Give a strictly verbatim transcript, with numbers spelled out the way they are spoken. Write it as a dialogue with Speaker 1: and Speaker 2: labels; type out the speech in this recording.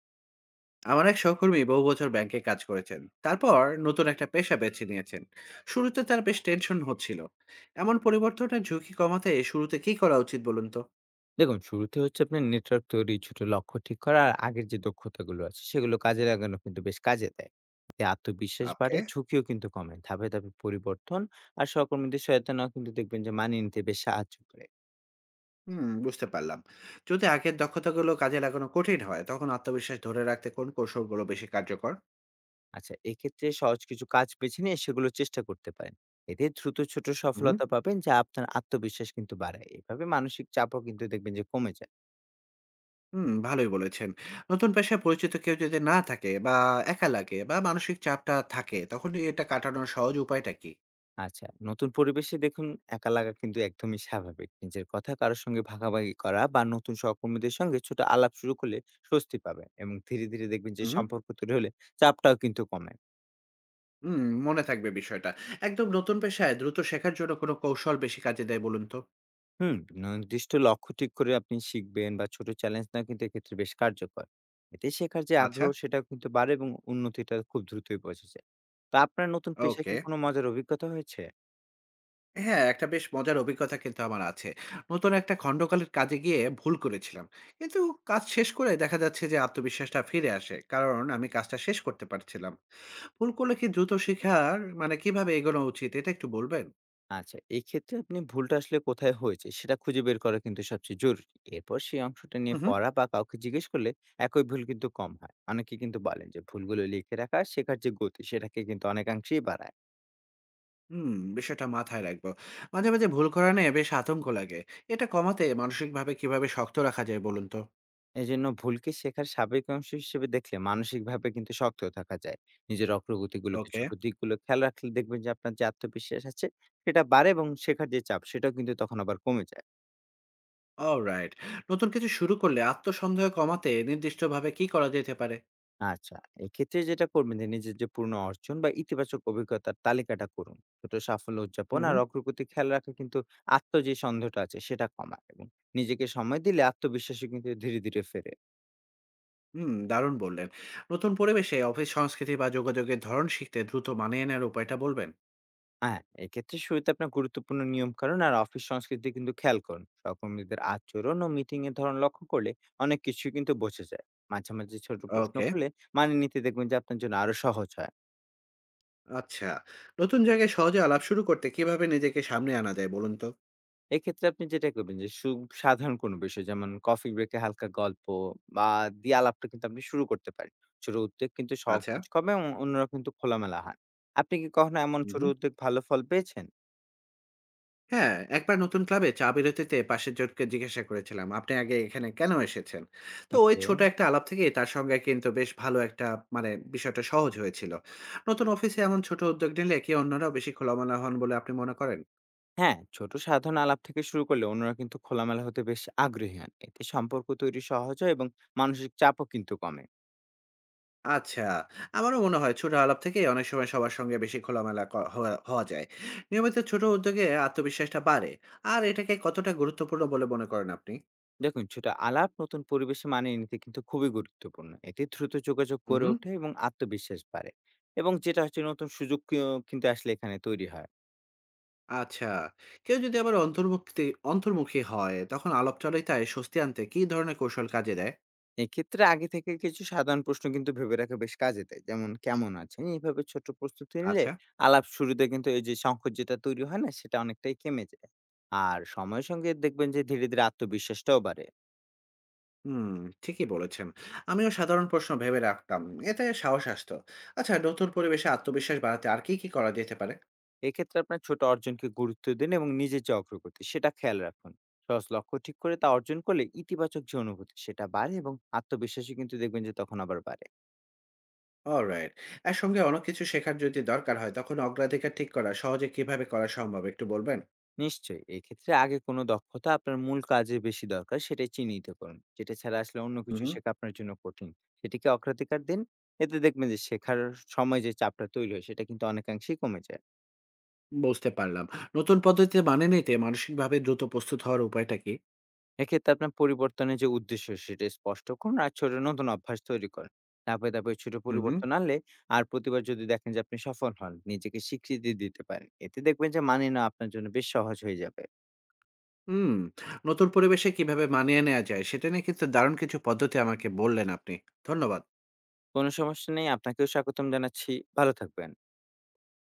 Speaker 1: আমার এক সহকর্মী বহু বছর ব্যাংকে কাজ করেছেন। তারপর নতুন একটা পেশা বেছে নিয়েছেন। শুরুতে তার বেশ টেনশন হচ্ছিল। এমন পরিবর্তনের ঝুঁকি কমাতে শুরুতে কি করা উচিত বলুন তো?
Speaker 2: দেখুন শুরুতে হচ্ছে আপনার নেটওয়ার্ক তৈরি, ছোট লক্ষ্য ঠিক করা আর আগের যে দক্ষতাগুলো আছে সেগুলো কাজে লাগানো কিন্তু বেশ কাজে দেয়। এতে আত্মবিশ্বাস বাড়ে,
Speaker 1: ওকে।
Speaker 2: ঝুঁকিও কিন্তু কমে। ধাপে ধাপে পরিবর্তন আর সহকর্মীদের সহায়তা নেওয়া কিন্তু দেখবেন যে মানিয়ে নিতে বেশ সাহায্য করে।
Speaker 1: হুম, বুঝতে পারলাম। যদি আগের দক্ষতাগুলো কাজে লাগানো কঠিন হয় তখন আত্মবিশ্বাস ধরে রাখতে কোন কৌশলগুলো বেশি কার্যকর?
Speaker 2: আচ্ছা, এক্ষেত্রে সহজ কিছু কাজ বেছে নিয়ে সেগুলো চেষ্টা করতে পারেন। এতে দ্রুত ছোট
Speaker 1: হুম
Speaker 2: সফলতা পাবেন যা আপনার আত্মবিশ্বাস কিন্তু বাড়ায়। এভাবে মানসিক চাপও কিন্তু দেখবেন যে কমে যায়।
Speaker 1: হুম ভালোই বলেছেন। নতুন পেশায় পরিচিত কেউ যদি না থাকে বা একা লাগে বা মানসিক চাপটা থাকে তখন এটা কাটানোর সহজ উপায়টা কি?
Speaker 2: আচ্ছা, নতুন পরিবেশে দেখুন একা লাগা কিন্তু একদমই স্বাভাবিক। নিজের কথা কারো সঙ্গে ভাগাভাগি করা বা নতুন সহকর্মীদের সঙ্গে ছোট আলাপ শুরু করলে স্বস্তি পাবেন এবং ধীরে ধীরে দেখবেন যে
Speaker 1: হুম।
Speaker 2: সম্পর্ক তৈরি হলে চাপটাও কিন্তু কমে।
Speaker 1: হুম, মনে থাকবে বিষয়টা। একদম নতুন পেশায় দ্রুত শেখার জন্য কোন কৌশল বেশি কাজে দেয় বলুন তো?
Speaker 2: হুম? নির্দিষ্ট লক্ষ্য ঠিক করে আপনি শিখবেন বা ছোট চ্যালেঞ্জ নেওয়া কিন্তু এক্ষেত্রে বেশ কার্যকর। এতে শেখার যে
Speaker 1: আচ্ছা।
Speaker 2: আগ্রহ সেটাও কিন্তু বাড়ে এবং উন্নতিটা খুব দ্রুতই বোঝা যায়। তো আপনার নতুন পেশায়
Speaker 1: ওকে।
Speaker 2: কি কোনো মজার অভিজ্ঞতা হয়েছে?
Speaker 1: হ্যাঁ, একটা বেশ মজার অভিজ্ঞতা কিন্তু আমার আছে। নতুন একটা খণ্ডকালীন কাজে গিয়ে ভুল করেছিলাম। কিন্তু কাজ শেষ করে দেখা যাচ্ছে যে আত্মবিশ্বাসটা ফিরে আসে। কারণ আমি কাজটা শেষ করতে পারছিলাম। ভুল করলে কি দ্রুত শেখার মানে কিভাবে এগোনো উচিত এটা একটু বলবেন?
Speaker 2: আচ্ছা, এক্ষেত্রে আপনি ভুলটা আসলে কোথায় হয়েছে সেটা খুঁজে বের করা কিন্তু সবচেয়ে জরুরি। এরপর সেই অংশটা
Speaker 1: হু,
Speaker 2: নিয়ে
Speaker 1: হু।
Speaker 2: পড়া বা কাউকে জিজ্ঞেস করলে একই ভুল কিন্তু কম হয়। অনেকে কিন্তু বলেন যে ভুলগুলো লিখে রাখা শেখার যে গতি সেটাকে কিন্তু অনেকাংশেই বাড়ায়।
Speaker 1: হুম, বিষয়টা মাথায় রাখবো। মাঝে, মাঝে ভুল করা নিয়ে বেশ আতঙ্ক লাগে। এটা কমাতে মানসিকভাবে কিভাবে শক্ত রাখা যায় বলুন তো?
Speaker 2: এজন্য ভুলকে শেখার স্বাভাবিক অংশ হিসেবে দেখলে মানসিকভাবে কিন্তু শক্ত থাকা যায়। নিজের অগ্রগতিগুলোকে
Speaker 1: ওকে।
Speaker 2: ছোট দিকগুলো খেয়াল রাখলে দেখবেন যে আপনার যে আত্মবিশ্বাস আছে সেটা বাড়ে এবং শেখার যে চাপ সেটাও কিন্তু তখন আবার কমে যায়।
Speaker 1: অলরাইট। নতুন কিছু শুরু করলে আত্মসন্দেহ কমাতে নির্দিষ্টভাবে কি করা যেতে পারে?
Speaker 2: আচ্ছা, এক্ষেত্রে যেটা করবেন যে নিজের যে পুরনো অর্জন বা ইতিবাচক অভিজ্ঞতার তালিকাটা করুন। ছোট সাফল্য উদযাপন
Speaker 1: হুম,
Speaker 2: আর
Speaker 1: হুম।
Speaker 2: অগ্রগতি খেয়াল রাখা কিন্তু আত্ম যে সন্দেহটা আছে সেটা কমায় এবং নিজেকে সময় দিলে আত্মবিশ্বাসও কিন্তু ধীরে ধীরে ফেরে।
Speaker 1: হুম, দারুণ বললেন। নতুন পরিবেশে অফিস সংস্কৃতি বা যোগাযোগের ধরন শিখতে দ্রুত মানিয়ে নেওয়ার উপায়টা বলবেন?
Speaker 2: হ্যাঁ, এক্ষেত্রে শুরুতে আপনার গুরুত্বপূর্ণ নিয়মকানুন আর অফিস সংস্কৃতি কিন্তু খেয়াল করুন। সহকর্মীদের আচরণ ও মিটিং এর ধরন লক্ষ্য করলে অনেক কিছুই কিন্তু বোঝা যায়। মাঝে মাঝে ছোট প্রশ্ন
Speaker 1: ওকে,
Speaker 2: করলে মানিয়ে নিতে দেখবেন যে আপনার জন্য আরো সহজ হয়।
Speaker 1: আচ্ছা। নতুন জায়গায় সহজে আলাপ শুরু করতে কিভাবে নিজেকে সামনে আনা যায় বলুন তো?
Speaker 2: এক্ষেত্রে আপনি যেটা করবেন যে সু সাধারণ কোনো বিষয় যেমন কফি ব্রেকে হালকা গল্প বা দিয়ে আলাপটা কিন্তু আপনি শুরু করতে পারেন। ছোট উদ্যোগ কিন্তু
Speaker 1: আচ্ছা।
Speaker 2: সংকোচ কমে এবং অন্যরা কিন্তু খোলামেলা হয়। আপনি কি কখনো এমন
Speaker 1: হুম,
Speaker 2: ছোট
Speaker 1: হুম।
Speaker 2: উদ্যোগ ভালো ফল পেয়েছেন?
Speaker 1: হ্যাঁ, একবার নতুন ক্লাবে চা বিরতিতে পাশের জনকে জিজ্ঞাসা করেছিলাম, "আপনি আগে এখানে কেন এসেছেন?" তো ওই
Speaker 2: ওকে।
Speaker 1: ছোট একটা আলাপ থেকে তার সঙ্গে কিন্তু বেশ ভালো একটা মানে বিষয়টা সহজ হয়েছিল। নতুন অফিসে এমন ছোট উদ্যোগ নিলে কি অন্যরাও বেশি খোলামেলা হন বলে আপনি মনে করেন?
Speaker 2: হ্যাঁ, ছোট সাধারণ আলাপ থেকে শুরু করলে অন্যরা কিন্তু খোলামেলা হতে বেশ আগ্রহী হন। এতে সম্পর্ক তৈরি সহজ হয় এবং মানসিক চাপও কিন্তু কমে।
Speaker 1: আচ্ছা, আমারও মনে হয় ছোট আলাপ থেকেই অনেক সময় সবার সঙ্গে বেশি খোলামেলা ক হওয়া হওয়া যায়। নিয়মিত ছোট উদ্যোগে আত্মবিশ্বাসটা বাড়ে। আর এটাকে কতটা গুরুত্বপূর্ণ বলে মনে করেন আপনি?
Speaker 2: দেখুন, ছোট আলাপ নতুন পরিবেশে মানিয়ে নিতে কিন্তু খুবই গুরুত্বপূর্ণ। এতে দ্রুত যোগাযোগ করে
Speaker 1: হুম।
Speaker 2: ওঠে এবং আত্মবিশ্বাস বাড়ে, এবং যেটা হচ্ছে নতুন সুযোগ কি- কিন্তু আসলে এখানে তৈরি হয়।
Speaker 1: আচ্ছা। কেউ যদি আবার অন্তর্ভুক্তি অন্তর্মুখী হয়, তখন আলাপচারিতায় স্বস্তি আনতে কী ধরনের কৌশল কাজে দেয়?
Speaker 2: এক্ষেত্রে আগে থেকে কিছু সাধারণ প্রশ্ন কিন্তু ভেবে রাখা বেশ কাজে দেয়, যেমন কেমন আছেন। এইভাবে ছোট প্রস্তুতি নিলে
Speaker 1: আচ্ছা।
Speaker 2: আলাপ শুরুতে কিন্তু এই যে সংকট যেটা তৈরি হয় না সেটা অনেকটাই কমে যায়, আর সময়ের সঙ্গে দেখবেন যে ধীরে ধীরে আত্মবিশ্বাসটাও বাড়ে।
Speaker 1: হুম, ঠিকই বলেছেন। আমিও সাধারণ প্রশ্ন ভেবে রাখতাম। এতে সাহস আসতো। আচ্ছা, নতুন পরিবেশে আত্মবিশ্বাস বাড়াতে আর কী, কী করা যেতে পারে?
Speaker 2: এক্ষেত্রে আপনার ছোট অর্জনকে গুরুত্ব দিন এবং নিজের যে অগ্রগতি সেটা খেয়াল রাখুন। সহজ লক্ষ্য ঠিক করে তা অর্জন করলে ইতিবাচক যে অনুভূতি সেটা বাড়ে এবং আত্মবিশ্বাসী কিন্তু দেখবেন যে তখন আবার বাড়ে।
Speaker 1: অলরাইট। একসঙ্গে অনেক কিছু শেখার যদি দরকার হয়, তখন অগ্রাধিকার ঠিক করা সহজে কিভাবে করা সম্ভব একটু বলবেন?
Speaker 2: নিশ্চয়ই, এক্ষেত্রে আগে কোনো দক্ষতা আপনার মূল কাজে বেশি দরকার সেটাই চিহ্নিত করুন, যেটা ছাড়া আসলে অন্য কিছু
Speaker 1: উহু,
Speaker 2: শেখা আপনার জন্য কঠিন। সেটিকে অগ্রাধিকার দিন। এতে দেখবেন যে শেখার সময় যে চাপটা তৈরি হয় সেটা কিন্তু অনেকাংশেই কমে যায়।
Speaker 1: বুঝতে পারলাম। নতুন পদ্ধতিতে মানিয়ে নিতে মানসিকভাবে দ্রুত প্রস্তুত হওয়ার উপায়টা কী?
Speaker 2: এক্ষেত্রে আপনার পরিবর্তনের যে উদ্দেশ্য সেটা স্পষ্ট করুন আর ছোট নতুন অভ্যাস তৈরি করেন। তারপরে তারপরে ছোট
Speaker 1: উহু।
Speaker 2: পরিবর্তন আনলে আর প্রতিবার যদি দেখেন যে আপনি সফল হন নিজেকে স্বীকৃতি দিতে পারেন, এতে দেখবেন যে মানিয়ে নেওয়া আপনার জন্য বেশ সহজ হয়ে যাবে।
Speaker 1: হুম, নতুন পরিবেশে কিভাবে মানিয়ে নেয়া যায় সেটা নিয়ে কিন্তু দারুণ কিছু পদ্ধতি আমাকে বললেন আপনি। ধন্যবাদ।
Speaker 2: কোনো সমস্যা নেই, আপনাকেও স্বাগতম জানাচ্ছি। ভালো থাকবেন।